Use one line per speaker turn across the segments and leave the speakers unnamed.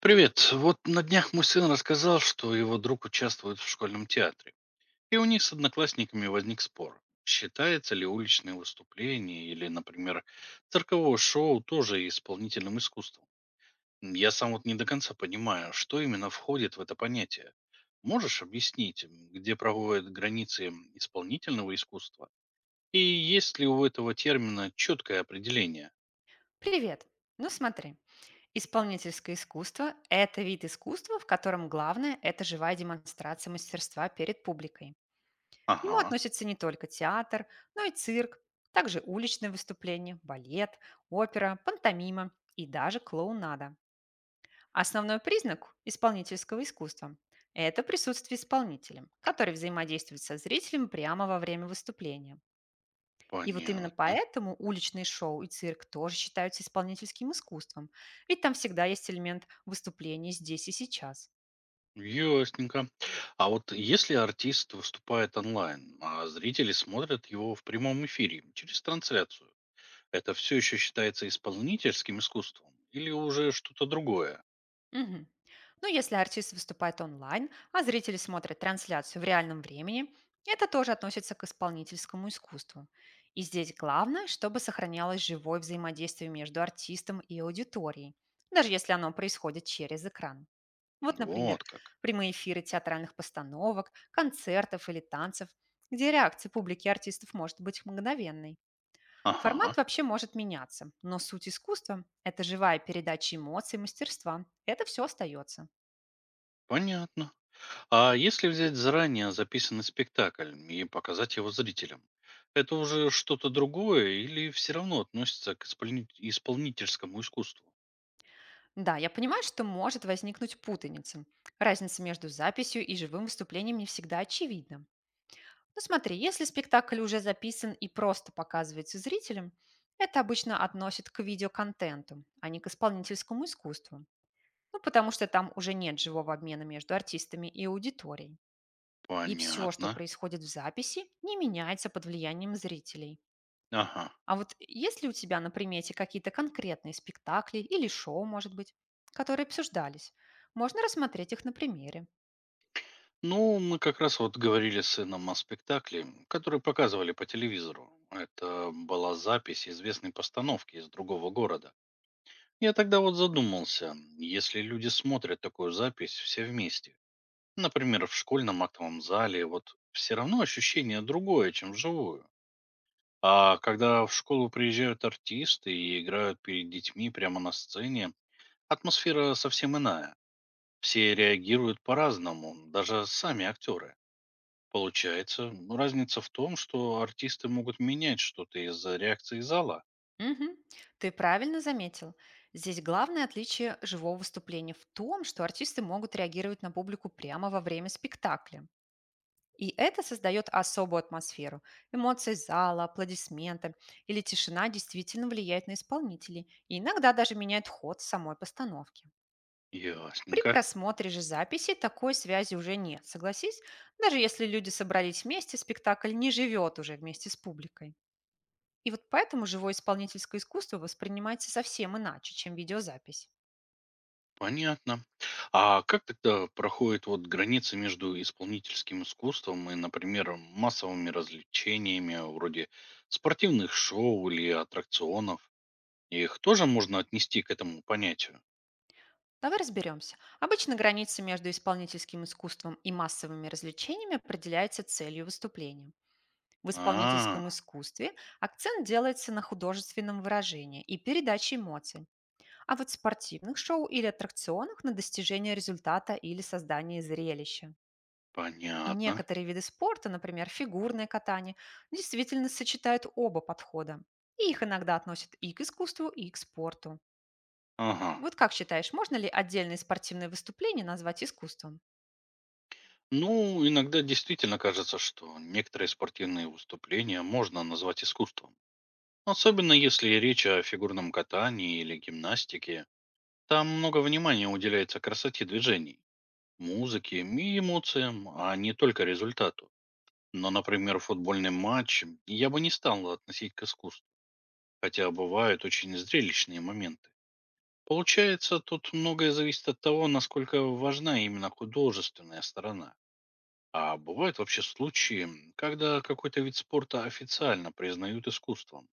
Привет. Вот на днях мой сын рассказал, что его друг участвует в школьном театре. И у них с одноклассниками возник спор. Считается ли уличное выступление или, например, цирковое шоу тоже исполнительным искусством? Я сам вот не до конца понимаю, что именно входит в это понятие. Можешь объяснить, где проводят границы исполнительного искусства? И есть ли у этого термина четкое определение?
Привет. Ну смотри, исполнительское искусство – это вид искусства, в котором главное – это живая демонстрация мастерства перед публикой. К нему
Ага,
относятся не только театр, но и цирк, также уличные выступления, балет, опера, пантомима и даже клоунада. Основной признак исполнительского искусства – это присутствие исполнителя, который взаимодействует со зрителем прямо во время выступления. И вот именно
понятно.
поэтому уличные шоу и цирк тоже считаются исполнительским искусством, ведь там всегда есть элемент выступления здесь и сейчас.
Ясненько. А вот если артист выступает онлайн, а зрители смотрят его в прямом эфире через трансляцию, это все еще считается исполнительским искусством или уже что-то другое?
Мгм. Ну, если артист выступает онлайн, а зрители смотрят трансляцию в реальном времени, это тоже относится к исполнительскому искусству. И здесь главное, чтобы сохранялось живое взаимодействие между артистом и аудиторией, даже если оно происходит через экран. Вот, например,
Вот как.
прямые эфиры театральных постановок, концертов или танцев, где реакция публики и артистов может быть мгновенной. Формат
Ага,
вообще может меняться, но суть искусства – это живая передача эмоций и мастерства. Это все остается.
понятно. А если взять заранее записанный спектакль и показать его зрителям, это уже что-то другое или все равно относится к исполнительскому искусству?
Да, я понимаю, что может возникнуть путаница. Разница между записью и живым выступлением не всегда очевидна. Но смотри, если спектакль уже записан и просто показывается зрителям, это обычно относит к видеоконтенту, а не к исполнительскому искусству. Ну, потому что там уже нет живого обмена между артистами и аудиторией. И все, что
Понятно.
происходит в записи, не меняется под влиянием зрителей.
Ага.
А вот есть ли у тебя на примете какие-то конкретные спектакли или шоу, может быть, которые обсуждались? Можно рассмотреть их на примере.
Ну, мы как раз вот говорили с сыном о спектакле, который показывали по телевизору. Это была запись известной постановки из другого города. Я тогда вот задумался, если люди смотрят такую запись все вместе, например, в школьном актовом зале, вот все равно ощущение другое, чем вживую. А когда в школу приезжают артисты и играют перед детьми прямо на сцене, атмосфера совсем иная. Все реагируют по-разному, даже сами актеры. Получается, ну, разница в том, что артисты могут менять что-то из-за реакции зала.
Мгм. Ты правильно заметил. Здесь главное отличие живого выступления в том, что артисты могут реагировать на публику прямо во время спектакля. И это создает особую атмосферу. Эмоции зала, аплодисменты или тишина действительно влияет на исполнителей и иногда даже меняет ход самой постановки. При
Ясненько,
просмотре же записи такой связи уже нет, согласись? Даже если люди собрались вместе, спектакль не живет уже вместе с публикой. И вот поэтому живое исполнительское искусство воспринимается совсем иначе, чем видеозапись.
понятно. А как тогда проходит вот граница между исполнительским искусством и, например, массовыми развлечениями, вроде спортивных шоу или аттракционов? Их тоже можно отнести к этому понятию?
Давай разберемся. Обычно граница между исполнительским искусством и массовыми развлечениями определяется целью выступления. В
А,
исполнительском искусстве акцент делается на художественном выражении и передаче эмоций, а вот в спортивных шоу или аттракционах — на достижение результата или создание зрелища. И
понятно.
некоторые виды спорта, например, фигурное катание, действительно сочетают оба подхода. И их иногда относят и к искусству, и к спорту.
Ага.
Вот как считаешь, можно ли отдельные спортивные выступления назвать искусством?
Ну, иногда действительно кажется, что некоторые спортивные выступления можно назвать искусством. Особенно если речь о фигурном катании или гимнастике. Там много внимания уделяется красоте движений, музыке и эмоциям, а не только результату. Но, например, футбольный матч я бы не стал относить к искусству, хотя бывают очень зрелищные моменты. Получается, тут многое зависит от того, насколько важна именно художественная сторона. А бывают вообще случаи, когда какой-то вид спорта официально признают искусством.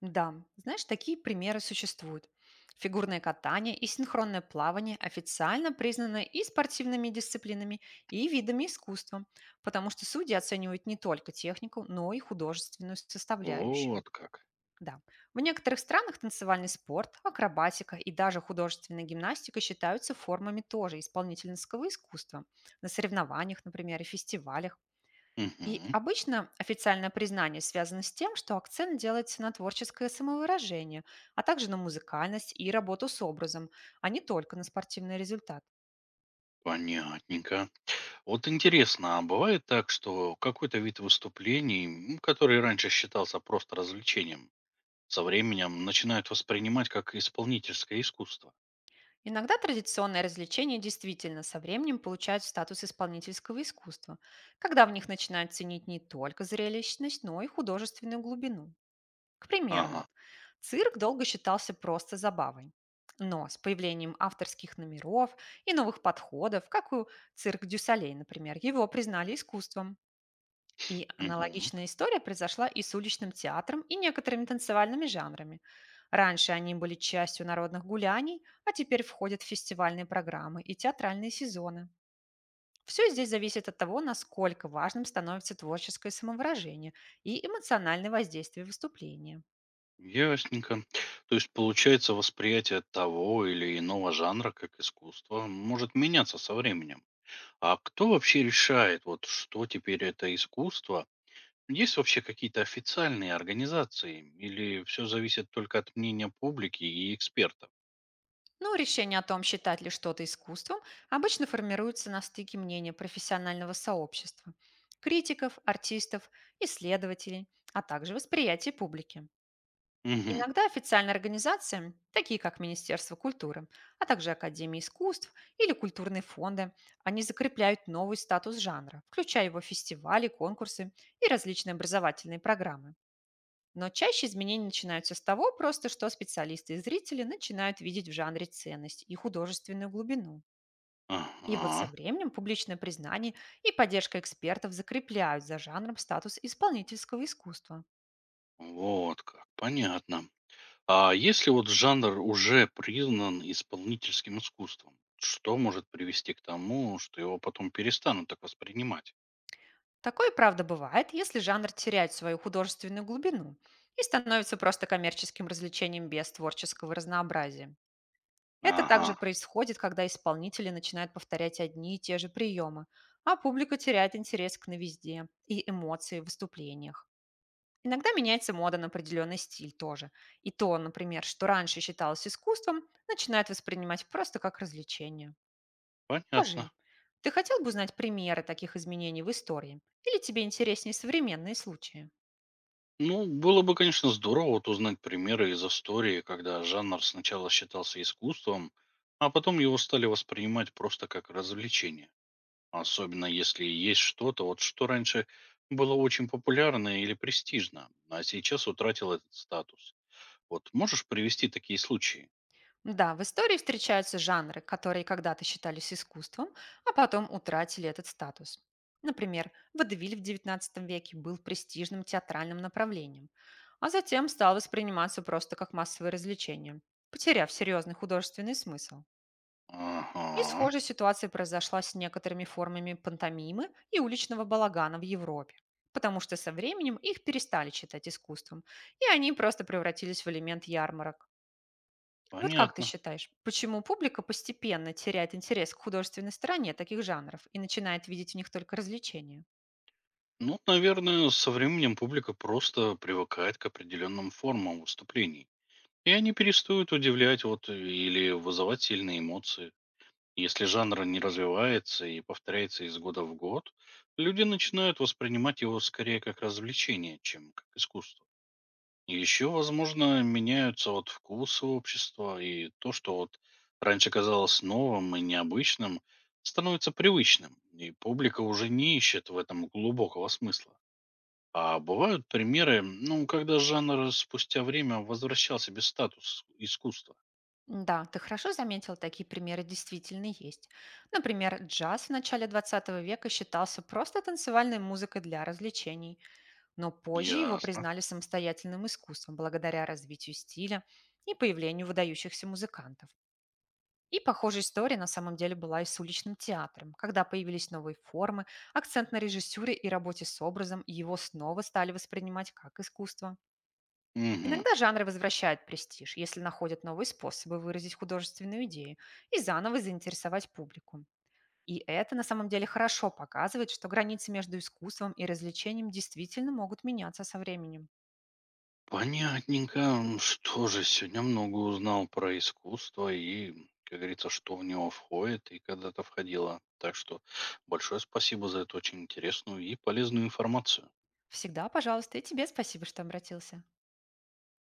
Да, знаешь, такие примеры существуют. Фигурное катание и синхронное плавание официально признаны и спортивными дисциплинами, и видами искусства, потому что судьи оценивают не только технику, но и художественную составляющую.
Вот как.
Да. В некоторых странах танцевальный спорт, акробатика и даже художественная гимнастика считаются формами тоже исполнительского искусства на соревнованиях, например, и фестивалях. И
Мгм.
обычно официальное признание связано с тем, что акцент делается на творческое самовыражение, а также на музыкальность и работу с образом, а не только на спортивный результат.
Понятненько. Вот интересно, а бывает так, что какой-то вид выступлений, который раньше считался просто развлечением, со временем начинают воспринимать как исполнительское искусство?
Иногда традиционные развлечения действительно со временем получают статус исполнительского искусства, когда в них начинают ценить не только зрелищность, но и художественную глубину. К примеру,
Ага.
вот, цирк долго считался просто забавой. Но с появлением авторских номеров и новых подходов, как у цирк Дюсалей, например, его признали искусством. И
Мгм.
аналогичная история произошла и с уличным театром, и некоторыми танцевальными жанрами. Раньше они были частью народных гуляний, а теперь входят в фестивальные программы и театральные сезоны. Все здесь зависит от того, насколько важным становится творческое самовыражение и эмоциональное воздействие выступления.
Ясненько. То есть, получается, восприятие того или иного жанра как искусство может меняться со временем. А кто вообще решает, вот что теперь это искусство? Есть вообще какие-то официальные организации или все зависит только от мнения публики и экспертов?
Но решение о том, считать ли что-то искусством, обычно формируется на стыке мнения профессионального сообщества, критиков, артистов, исследователей, а также восприятия публики.
Угу.
Иногда официальные организации, такие как Министерство культуры, а также Академия искусств или культурные фонды, они закрепляют новый статус жанра, включая его фестивали, конкурсы и различные образовательные программы. Но чаще изменения начинаются с того просто, что специалисты и зрители начинают видеть в жанре ценность и художественную глубину. И вот со
Ага.
временем публичное признание и поддержка экспертов закрепляют за жанром статус исполнительского искусства.
Вот как. Понятно. А если вот жанр уже признан исполнительским искусством, что может привести к тому, что его потом перестанут так воспринимать?
Такое, правда, бывает, если жанр теряет свою художественную глубину и становится просто коммерческим развлечением без творческого разнообразия. Это
Ага.
также происходит, когда исполнители начинают повторять одни и те же приемы, а публика теряет интерес к новизде и эмоции в выступлениях. Иногда меняется мода на определенный стиль тоже. И то, например, что раньше считалось искусством, начинают воспринимать просто как развлечение. Скажи,
Понятно.
ты хотел бы узнать примеры таких изменений в истории? Или тебе интереснее современные случаи?
Ну, было бы, конечно, здорово вот узнать примеры из истории, когда жанр сначала считался искусством, а потом его стали воспринимать просто как развлечение. Особенно если есть что-то, вот что раньше было очень популярно или престижно, а сейчас утратил этот статус. Вот можешь привести такие случаи?
Да, в истории встречаются жанры, которые когда-то считались искусством, а потом утратили этот статус. Например, водевиль в XIX веке был престижным театральным направлением, а затем стал восприниматься просто как массовое развлечение, потеряв серьезный художественный смысл. И
Ага,
схожая ситуация произошла с некоторыми формами пантомимы и уличного балагана в Европе, потому что со временем их перестали считать искусством, и они просто превратились в элемент ярмарок. Вот как ты
понятно.
считаешь, почему публика постепенно теряет интерес к художественной стороне таких жанров и начинает видеть в них только развлечения?
Ну, наверное, со временем публика просто привыкает к определенным формам выступлений. И они перестают удивлять вот или вызывать сильные эмоции. Если жанр не развивается и повторяется из года в год, люди начинают воспринимать его скорее как развлечение, чем как искусство. Еще, возможно, меняются вот вкусы общества, и то, что вот раньше казалось новым и необычным, становится привычным, и публика уже не ищет в этом глубокого смысла. А бывают примеры, ну, когда жанр спустя время возвращал себе статус искусства.
Да, ты хорошо заметил, такие примеры действительно есть. Например, джаз в начале 20 века считался просто танцевальной музыкой для развлечений, но позже его
Ясно.
признали самостоятельным искусством благодаря развитию стиля и появлению выдающихся музыкантов. И похожая история на самом деле была и с уличным театром, когда появились новые формы, акцент на режиссуре и работе с образом, и его снова стали воспринимать как искусство.
Мгм.
Иногда жанры возвращают престиж, если находят новые способы выразить художественную идею и заново заинтересовать публику. И это на самом деле хорошо показывает, что границы между искусством и развлечением действительно могут меняться со временем.
Понятненько. Что же, сегодня много узнал про искусство и, как говорится, что в него входит и когда-то входило. Так что большое спасибо за эту очень интересную и полезную информацию.
Всегда, пожалуйста, и тебе спасибо, что обратился.